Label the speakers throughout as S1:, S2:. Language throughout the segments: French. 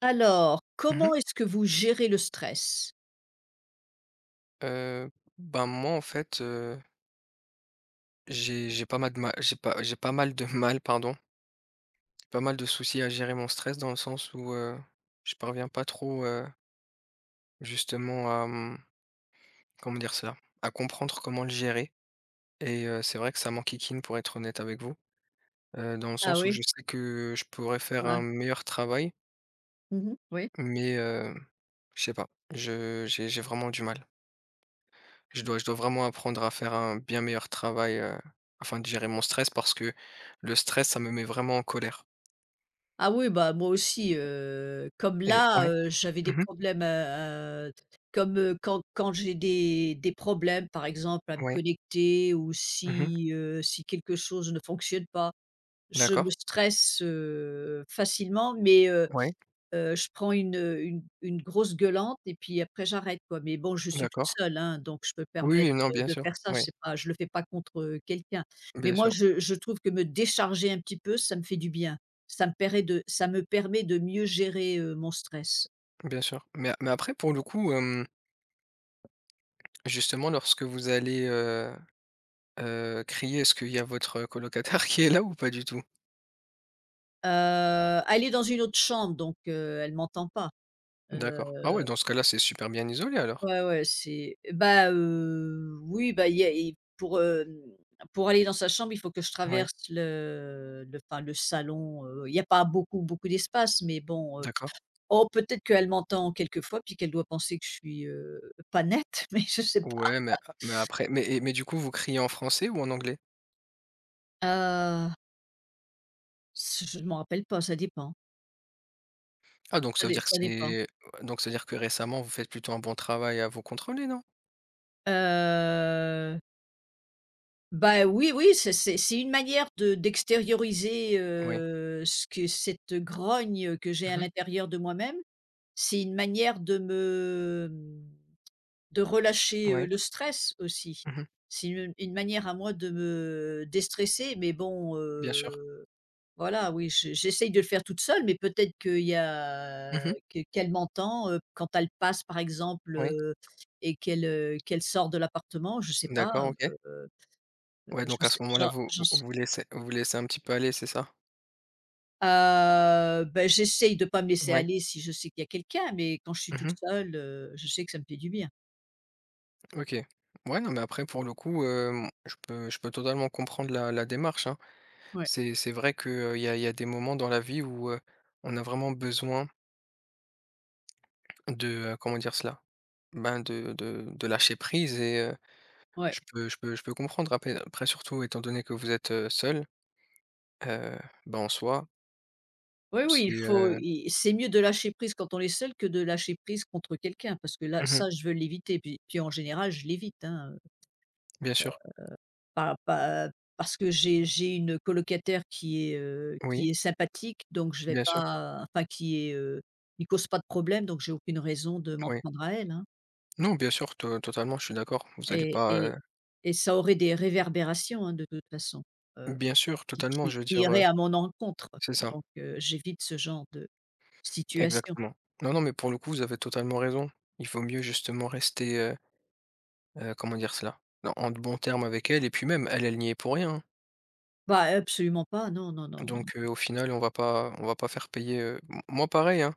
S1: Alors,
S2: Mmh mh.
S1: comment est-ce que vous gérez le stress?
S2: Ben, moi, en fait, j'ai pas mal de mal, j'ai pas mal de mal, pardon, pas mal de soucis à gérer mon stress, dans le sens où, je parviens pas trop, justement à, comment dire cela? À comprendre comment le gérer. Et c'est vrai que ça m'enquiquine, pour être honnête avec vous, dans le
S1: Ah
S2: sens où
S1: oui,
S2: je sais que je pourrais faire un
S1: ouais.
S2: meilleur travail.
S1: Mmh. Oui.
S2: Mais je sais pas, je j'ai vraiment du mal. Je dois vraiment apprendre à faire un bien meilleur travail, afin de gérer mon stress, parce que le stress, ça me met vraiment en colère.
S1: Ah oui, bah, moi aussi, comme
S2: Et
S1: là,
S2: ouais.
S1: j'avais des
S2: Mmh.
S1: problèmes, comme, quand j'ai des problèmes, par exemple, à me
S2: Ouais.
S1: connecter ou
S2: Mmh.
S1: si, si quelque chose ne fonctionne pas, je
S2: D'accord.
S1: me stresse, facilement. Mais
S2: Ouais.
S1: Je prends une grosse gueulante et puis après j'arrête quoi. Mais bon, je suis toute
S2: D'accord.
S1: seule, hein, donc je peux me
S2: Oui,
S1: permettre,
S2: oui, non, bien
S1: de
S2: sûr.
S1: faire ça.
S2: Ouais,
S1: C'est pas, je le fais pas contre, quelqu'un. Mais
S2: bien
S1: moi,
S2: sûr,
S1: je trouve que me décharger un petit peu, ça me fait du bien. Ça me permet de mieux gérer, mon stress.
S2: bien sûr. Mais après, pour le coup, justement, lorsque vous allez, crier, est-ce qu'il y a votre colocataire qui est là, ou pas du tout?
S1: Elle est dans une autre chambre donc, elle m'entend pas, heu
S2: D'accord. Ah ouais, dans ce cas-là, c'est super bien isolé, alors?
S1: Ouais, ouais, c'est bah, oui, bah, il y a, pour aller dans sa chambre, il faut que je
S2: Ouais,
S1: traverse le enfin, le salon, il y a pas beaucoup d'espace, mais bon,
S2: d'accord.
S1: oh, peut-être qu'elle m'entend quelquefois, puis qu'elle doit penser que je suis, pas nette, mais je sais pas.
S2: Ouais, mais après, du coup, vous criez en français ou en anglais?
S1: Heu, ce je ne m'en rappelle pas, ça dépend,
S2: Ah, donc ça veut dire que
S1: ça
S2: c'est...
S1: dépend.
S2: Ouais, donc ça veut dire que récemment, vous faites plutôt un bon travail à vous contrôler, non?
S1: Heu, bah, oui, oui, c'est c'est une manière de d'extérioriser,
S2: Oui.
S1: ce que cette grogne que j'ai à
S2: Mmh.
S1: l'intérieur de moi-même. C'est une manière de me de relâcher,
S2: Oui.
S1: le stress aussi.
S2: Mmh.
S1: C'est une manière à moi de me déstresser, mais bon,
S2: Bien sûr.
S1: voilà, oui, je j'essaye de le faire toute seule, mais peut-être qu'il y a
S2: Mmh.
S1: que qu'elle m'entend, quand elle passe par exemple,
S2: Oui.
S1: et qu'elle, qu'elle sort de l'appartement, je sais pas,
S2: D'accord, OK.
S1: heu heu
S2: Ouais, donc à ce moment-là, vous
S1: j'en
S2: vous
S1: sais
S2: vous laissez un petit peu aller, c'est ça?
S1: Bah, j'essaye de pas me laisser
S2: Ouais.
S1: aller si je sais qu'il y a quelqu'un, mais quand je suis toute
S2: Mmh.
S1: seule, je sais que ça me fait du bien.
S2: OK. Ouais, non, mais après, pour le coup, je peux totalement comprendre la démarche, hein.
S1: Ouais,
S2: C'est vrai que, il y a des moments dans la vie où, on a vraiment besoin de, comment dire cela? Ben, de lâcher prise. Et
S1: ouais.
S2: je peux comprendre, après, surtout étant donné que vous êtes, seul, heu, bah, en soi,
S1: Oui, oui,
S2: c'est,
S1: il faut i c'est mieux de lâcher prise quand on est seul que de lâcher prise contre quelqu'un parce que là,
S2: mmh
S1: ça, je veux l'éviter. Puis en général, je l'évite, hein,
S2: bien sûr.
S1: pas pas parce que j'ai une colocataire
S2: Oui,
S1: qui est sympathique, donc je vais
S2: bien sûr,
S1: pas qui est, qui cause pas de problème, donc j'ai aucune raison de m'en
S2: oui.
S1: prendre à elle, hein.
S2: Non, bien sûr, to totalement, je suis d'accord. Vous allez
S1: et
S2: pas,
S1: et et ça aurait des réverbérations, hein, de toute façon, heu,
S2: bien sûr,
S1: qui
S2: totalement,
S1: qui
S2: je veux dire,
S1: iraient à mon encontre,
S2: c'est ça,
S1: donc j'évite ce genre de situation.
S2: exactement. Non, non, mais pour le coup, vous avez totalement raison. Il vaut mieux justement rester, comment dire cela? En de bons termes avec elle, et puis même, elle, elle n'y est pour rien, hein.
S1: Bah, absolument pas, non, non, non, non.
S2: Donc au final, on va pas faire payer, m moi pareil, hein.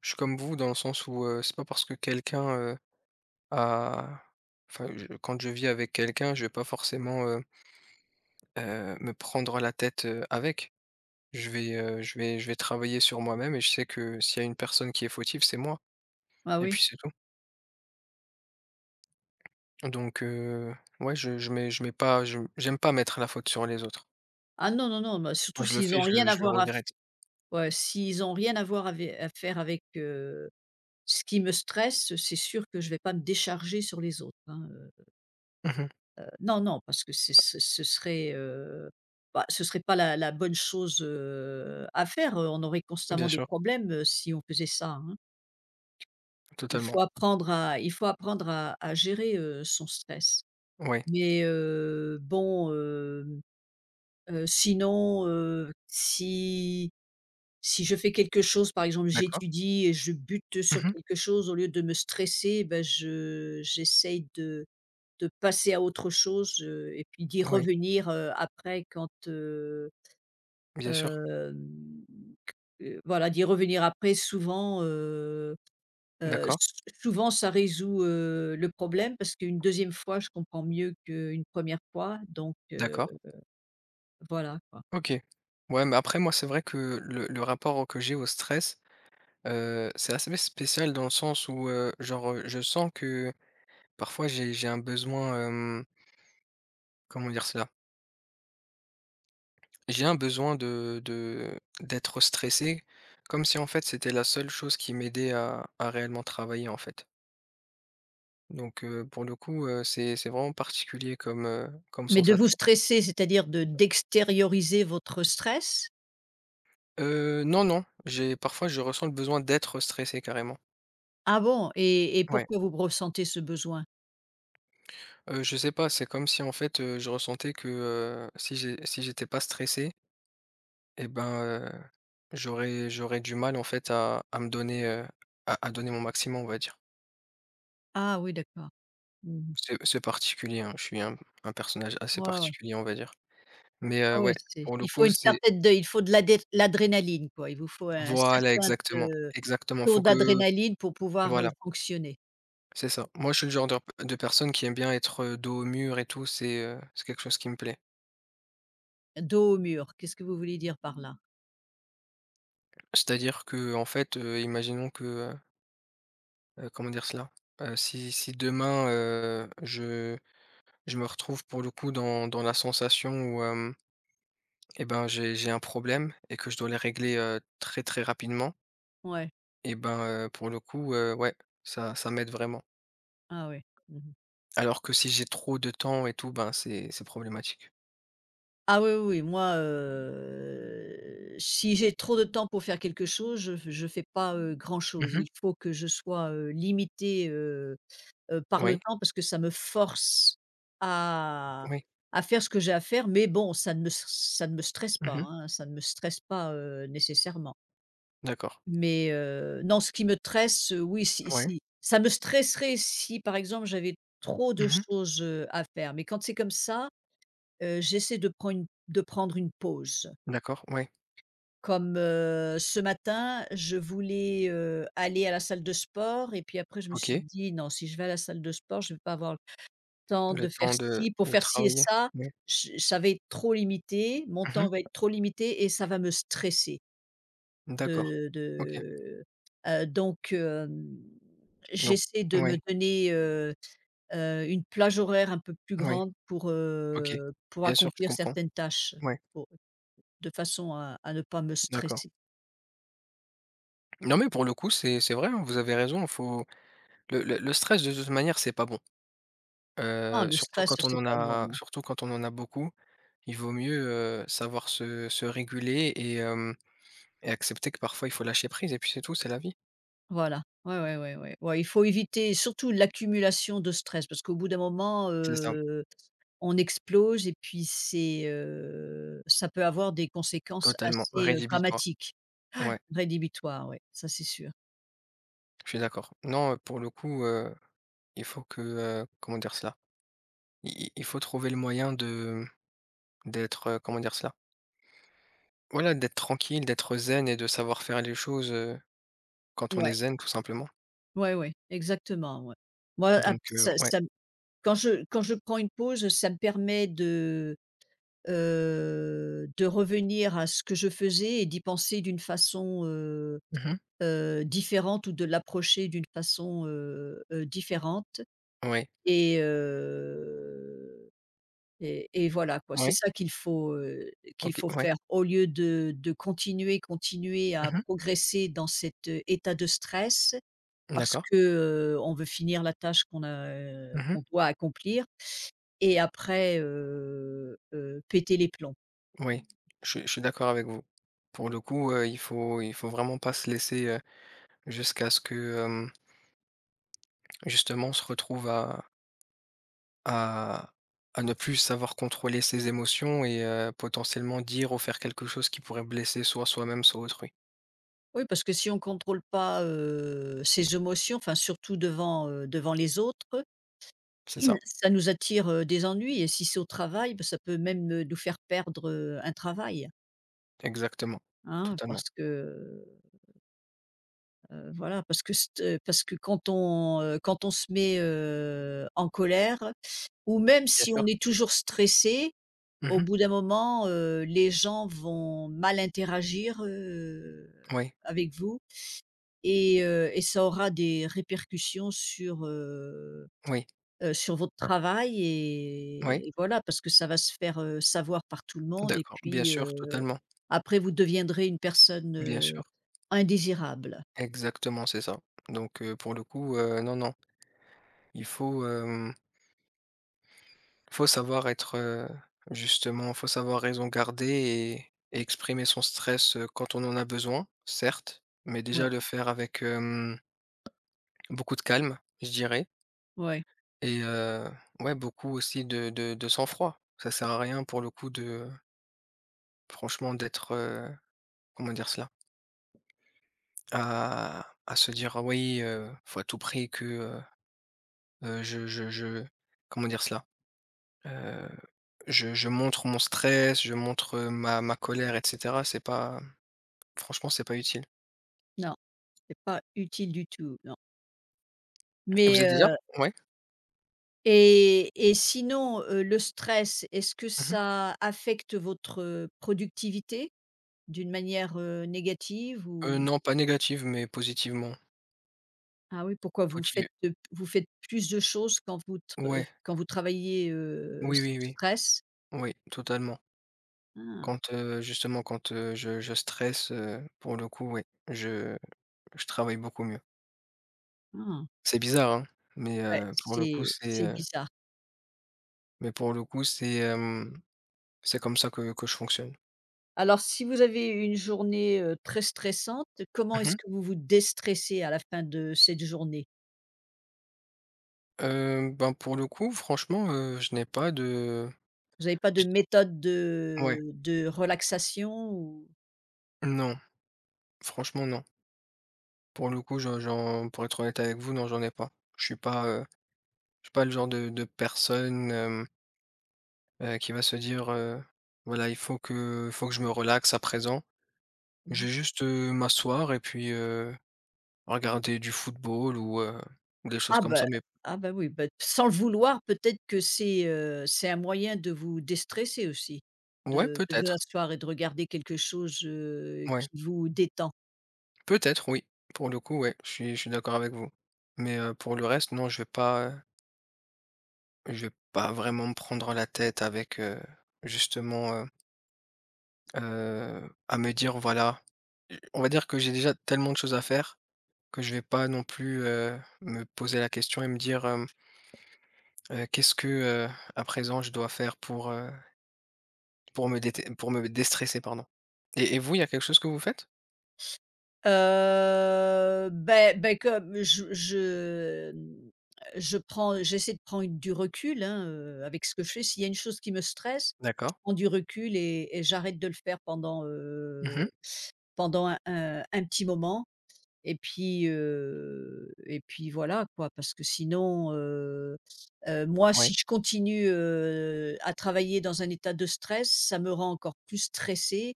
S2: Je suis comme vous dans le sens où, c'est pas parce que quelqu'un, à enfin, je quand je vis avec quelqu'un, je vais pas forcément, me prendre la tête, avec. Je vais travailler sur moi-même, et je sais que s'il y a une personne qui est fautive, c'est moi,
S1: Ah
S2: et
S1: oui.
S2: puis c'est tout. Donc ouais, je mets, je mets pas, je j'aime pas mettre la faute sur les autres.
S1: Ah non, non, non, bah,
S2: Quand
S1: surtout
S2: je le
S1: s'ils
S2: fais,
S1: ont
S2: je
S1: rien
S2: le
S1: à
S2: je le
S1: voir à f
S2: regrette.
S1: ouais, s'ils ont rien à voir ave à faire avec, ce qui me stresse, c'est sûr que je vais pas me décharger sur les autres, hein,
S2: Mmh.
S1: bah, non, non, parce que ce serait, bah, ce serait pas la bonne chose, à faire, on aurait
S2: Bien
S1: constamment des
S2: sûr,
S1: problèmes, si on faisait ça, hein.
S2: totalement.
S1: Il faut apprendre à gérer, son stress.
S2: Oui,
S1: Mais, bon, sinon, si je fais quelque chose, par exemple,
S2: d'accord.
S1: j'étudie et je bute sur
S2: Mmh.
S1: quelque chose, au lieu de me stresser, ben je j'essaye de passer à autre chose, et puis d'y
S2: Oui,
S1: revenir, après quand,
S2: bien sûr.
S1: hem, voilà, d'y revenir après souvent, s
S2: D'accord,
S1: souvent ça résout, le problème parce qu'une deuxième fois, je comprends mieux qu'une première fois donc
S2: d'accord.
S1: voilà, quoi.
S2: OK. Ouais, mais après moi, c'est vrai que le rapport que j'ai au stress... c'est assez spécial dans le sens où, genre, je sens que parfois j'ai un besoin, comment dire cela? J'ai un besoin de d'être stressé, comme si en fait c'était la seule chose qui m'aidait à réellement travailler, en fait. Donc, pour le coup, c'est vraiment particulier, comme
S1: Mais de vous
S2: sensation.
S1: stresser, c'est-à-dire de d'extérioriser votre stress?
S2: Non, non, j'ai parfois je ressens le besoin d'être stressé, carrément.
S1: Ah bon? Et
S2: Ouais,
S1: pourquoi vous ressentez ce besoin?
S2: je sais pas, c'est comme si en fait, je ressentais que, si j'étais pas stressé. Et ben, j'aurais du mal, en fait, à me donner, à donner mon maximum, on va dire.
S1: Ah oui, d'accord. Mmh.
S2: C'est particulier, hein, je suis un personnage assez
S1: Ouais, ouais.
S2: particulier, on va dire. Mais,
S1: Ah oui,
S2: ouais,
S1: c'est
S2: pour le coup, c'est...
S1: il faut de l'adrénaline, quoi. Il vous faut un
S2: Voilà,
S1: certain
S2: exactement,
S1: te
S2: exactement,
S1: taux
S2: faut que...
S1: d'adrénaline pour pouvoir,
S2: Voilà,
S1: fonctionner.
S2: c'est ça. Moi, je suis le genre de personne qui aime bien être, dos au mur et tout, c'est, quelque chose qui me plaît.
S1: Dos au mur, qu'est-ce que vous voulez dire par là?
S2: C'est-à-dire que, en fait, imaginons que, heu comment dire cela? Si demain, je me retrouve, pour le coup, dans la sensation où... Et ben, j'ai un problème et que je dois les régler, très, très rapidement.
S1: Ouais.
S2: Et ben, pour le coup, ouais, ça m'aide vraiment.
S1: Ah oui. Mmh.
S2: Alors que si j'ai trop de temps et tout, ben, c'est problématique.
S1: Ah oui, oui, oui, moi, si j'ai trop de temps pour faire quelque chose, je fais pas, grand
S2: Mmh
S1: chose.
S2: mh.
S1: Il faut que je sois limité, par le
S2: Oui,
S1: temps parce que ça me force à
S2: oui.
S1: à faire ce que j'ai à faire, mais bon, ça ne me stresse pas,
S2: Mmh.
S1: hein, ça ne me stresse pas, nécessairement.
S2: D'accord.
S1: Mais non, ce qui me stresse oui,
S2: Ouais.
S1: si ça me stresserait si, par exemple, j'avais trop de
S2: Mmh.
S1: choses, à faire. Mais quand c'est comme ça, j'essaie de prendre une pause.
S2: D'accord, ouais.
S1: Comme, ce matin, je voulais, aller à la salle de sport et puis après je me suis
S2: OK.
S1: dit: «Non, si je vais à la salle de sport, je ne vais pas avoir temps
S2: Le
S1: de faire
S2: temps de
S1: ci, pour
S2: de
S1: faire ci et
S2: travailler.
S1: ça,
S2: Ouais.
S1: j ça va être trop limité, mon
S2: Mmh.
S1: temps va être trop limité et ça va me stresser
S2: D'accord. OK.
S1: de donc
S2: Donc
S1: j'essaie de me
S2: ouais,
S1: donner, une plage horaire un peu plus
S2: ouais,
S1: grande
S2: OK.
S1: pour
S2: Bien sûr, je
S1: accomplir
S2: comprends.
S1: certaines tâches,
S2: Ouais,
S1: pour de façon à ne pas me
S2: d'accord.
S1: stresser.
S2: Non, mais pour le coup, c'est vrai, hein, vous avez raison. Faut... Le stress, de toute manière, c'est pas bon.
S1: Non, le
S2: Surtout
S1: stress,
S2: quand on
S1: c'est
S2: en
S1: pas
S2: a,
S1: bon, hein.
S2: beaucoup, il vaut mieux, savoir se réguler, et accepter que parfois il faut lâcher prise et puis c'est tout, c'est la vie.
S1: Voilà. Ouais, ouais, ouais, ouais. Ouais, il faut éviter surtout l'accumulation de stress parce qu'au bout d'un moment,
S2: C'est ça,
S1: on explose et puis c'est, ça peut avoir des conséquences
S2: totalement,
S1: assez,
S2: rédhibitoire.
S1: dramatiques,
S2: Ouais,
S1: rédhibitoires, ouais, ça c'est sûr.
S2: je suis d'accord. Non, pour le coup, il faut que, comment dire cela? I il faut trouver le moyen de d'être, comment dire cela? Voilà, d'être tranquille, d'être zen et de savoir faire les choses, quand on est
S1: Ouais,
S2: zen, tout simplement.
S1: ouais, ouais, exactement, ouais. Moi, ap
S2: Donc
S1: ça
S2: ouais.
S1: ça me quand je prends une pause, ça me permet de revenir à ce que je faisais et d'y penser d'une façon,
S2: Mmh.
S1: différente ou de l'approcher d'une façon, différente
S2: Ouais.
S1: et heu et voilà quoi, c'est
S2: Ouais.
S1: ça qu'il
S2: OK,
S1: faut
S2: ouais.
S1: faire au lieu de continuer à
S2: Mmh.
S1: progresser dans cet, état de stress parce
S2: D'accord.
S1: que, on veut finir la tâche qu'on a,
S2: Mmh.
S1: qu'on doit accomplir et après, péter les plombs.
S2: Oui, je suis d'accord avec vous. Pour le coup, il faut vraiment pas se laisser, jusqu'à ce que, justement, on se retrouve à à ne plus savoir contrôler ses émotions et potentiellement dire ou faire quelque chose qui pourrait blesser soit soi-même, soit autrui.
S1: Oui, parce que si on contrôle pas, ses émotions, enfin surtout devant, devant les autres,
S2: C'est ça,
S1: ça nous attire, des ennuis et si c'est au travail, bah, ça peut même, nous faire perdre, un travail,
S2: exactement,
S1: hein,
S2: totalement.
S1: parce que voilà, parce que st parce que quand on, quand on se met, en colère ou même
S2: Bien
S1: si on
S2: sûr.
S1: est toujours stressé, au
S2: Mmh.
S1: bout d'un moment, les gens vont mal interagir,
S2: Oui,
S1: avec vous et ça aura des répercussions sur,
S2: oui,
S1: sur votre travail
S2: oui,
S1: et voilà, parce que ça va se faire, savoir par tout le monde et
S2: d'accord. Bien
S1: puis,
S2: sûr, totalement,
S1: après vous deviendrez une personne,
S2: bien sûr.
S1: indésirable.
S2: Exactement, c'est ça. Donc pour le coup, non, non, il faut, hem faut savoir être, justement, faut savoir raison garder et exprimer son stress, quand on en a besoin, certes, mais déjà
S1: Ouais,
S2: le faire avec, beaucoup de calme, je dirais.
S1: ouais.
S2: Et ouais, beaucoup aussi de sang-froid. Ça sert à rien, pour le coup, de franchement d'être, comment dire cela? À se dire: «Ah oui, faut à tout prix que, je» comment dire cela? Heu, je montre mon stress, je montre, ma colère, et cetera, c'est pas... Franchement, c'est pas utile.
S1: Non. C'est pas utile du tout, non.
S2: Et vous êtes
S1: Mais,
S2: déjà... ouais.
S1: et sinon, le stress, est-ce que
S2: Mmh mh.
S1: ça affecte votre productivité d'une manière, négative ou
S2: Non, pas négative, mais positivement.
S1: ah oui, pourquoi
S2: Poti
S1: vous faites plus de choses
S2: ouais,
S1: quand vous travaillez,
S2: oui,
S1: sous
S2: oui, oui,
S1: stress?
S2: oui, totalement.
S1: Ah,
S2: Quand, justement, quand, je stresse, pour le coup, oui, je je travaille beaucoup mieux.
S1: ah,
S2: C'est bizarre, hein, mais,
S1: ouais,
S2: pour le coup, c'est,
S1: c'est bizarre.
S2: mais pour le coup, c'est, c'est comme ça que je fonctionne.
S1: Alors si vous avez une journée, très stressante, comment
S2: Mmh mh.
S1: est-ce que vous vous déstressez à la fin de cette journée?
S2: Ben, pour le coup, franchement, je n'ai pas de...
S1: Vous avez pas de
S2: je
S1: méthode
S2: ouais,
S1: de relaxation ou?
S2: non, franchement, non. Pour le coup, je j'en... pour être honnête avec vous, non, j'en ai pas. Je suis pas, heu, je suis pas le genre de personne, qui va se dire, «Voilà, il faut que je me relaxe à présent». Je
S1: Mmh.
S2: vais juste, m'asseoir et puis, regarder du football ou, des choses
S1: Ah
S2: comme
S1: bah,
S2: ça, mais
S1: ah bah oui, bah, sans le vouloir, peut-être que c'est un moyen de vous déstresser aussi,
S2: ouais,
S1: de vous
S2: peut-être,
S1: asseoir et de regarder quelque chose,
S2: ouais,
S1: qui vous détend.
S2: peut-être, oui. Pour le coup, ouais, je suis d'accord avec vous, mais, pour le reste, non, je vais pas vraiment me prendre la tête avec, justement, à me dire voilà, on va dire que j'ai déjà tellement de choses à faire que je vais pas non plus, me poser la question et me dire, «Qu'est-ce que, à présent, je dois faire pour me déte pour me déstresser?» Pardon. Et vous, il y a quelque chose que vous faites?
S1: Comme je, mmh, je prends j'essaie de prendre du recul, hein, avec ce que je fais. S'il y a une chose qui me stresse, je
S2: D'accord.
S1: prends du recul et j'arrête de le faire pendant,
S2: Mmh.
S1: pendant un un petit moment et puis voilà quoi. Parce que sinon, moi
S2: Ouais.
S1: si je continue, à travailler dans un état de stress, ça me rend encore plus stressée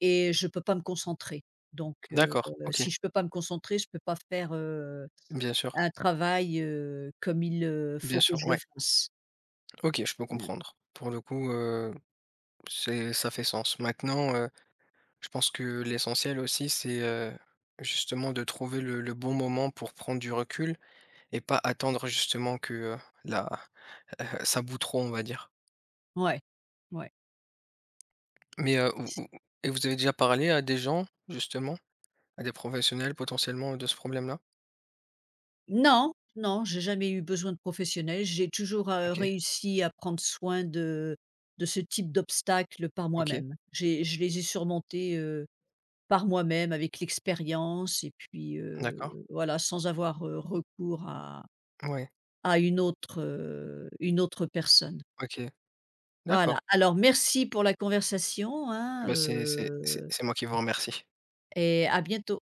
S1: et je ne peux pas me concentrer. Donc,
S2: D'accord, OK.
S1: si je ne peux pas me concentrer, je ne peux pas faire,
S2: Bien sûr,
S1: un travail, comme
S2: bien
S1: faut que
S2: sûr,
S1: je le
S2: ouais.
S1: fasse.
S2: OK, je peux
S1: Mmh.
S2: comprendre. Pour le coup, c'est ça fait sens. Maintenant, je pense que l'essentiel aussi, c'est, justement, de trouver le bon moment pour prendre du recul et pas attendre justement que, la ça bout trop, on va dire.
S1: Ouais, ouais.
S2: Mais, vous vous et vous avez déjà parlé à des gens, justement, à des professionnels, potentiellement, de ce problème-là?
S1: Non, non, j'ai jamais eu besoin de professionnel. J'ai toujours,
S2: OK,
S1: réussi à prendre soin de ce type d'obstacles par
S2: OK,
S1: moi-même. J'ai je les ai surmontés, par moi-même avec l'expérience et puis,
S2: d'accord.
S1: voilà, sans avoir, recours à
S2: Ouais,
S1: une autre personne.
S2: OK,
S1: Voilà,
S2: d'accord.
S1: alors merci pour la conversation, hein,
S2: Bah, c'est c'est c'est c'est moi qui vous remercie.
S1: et à bientôt.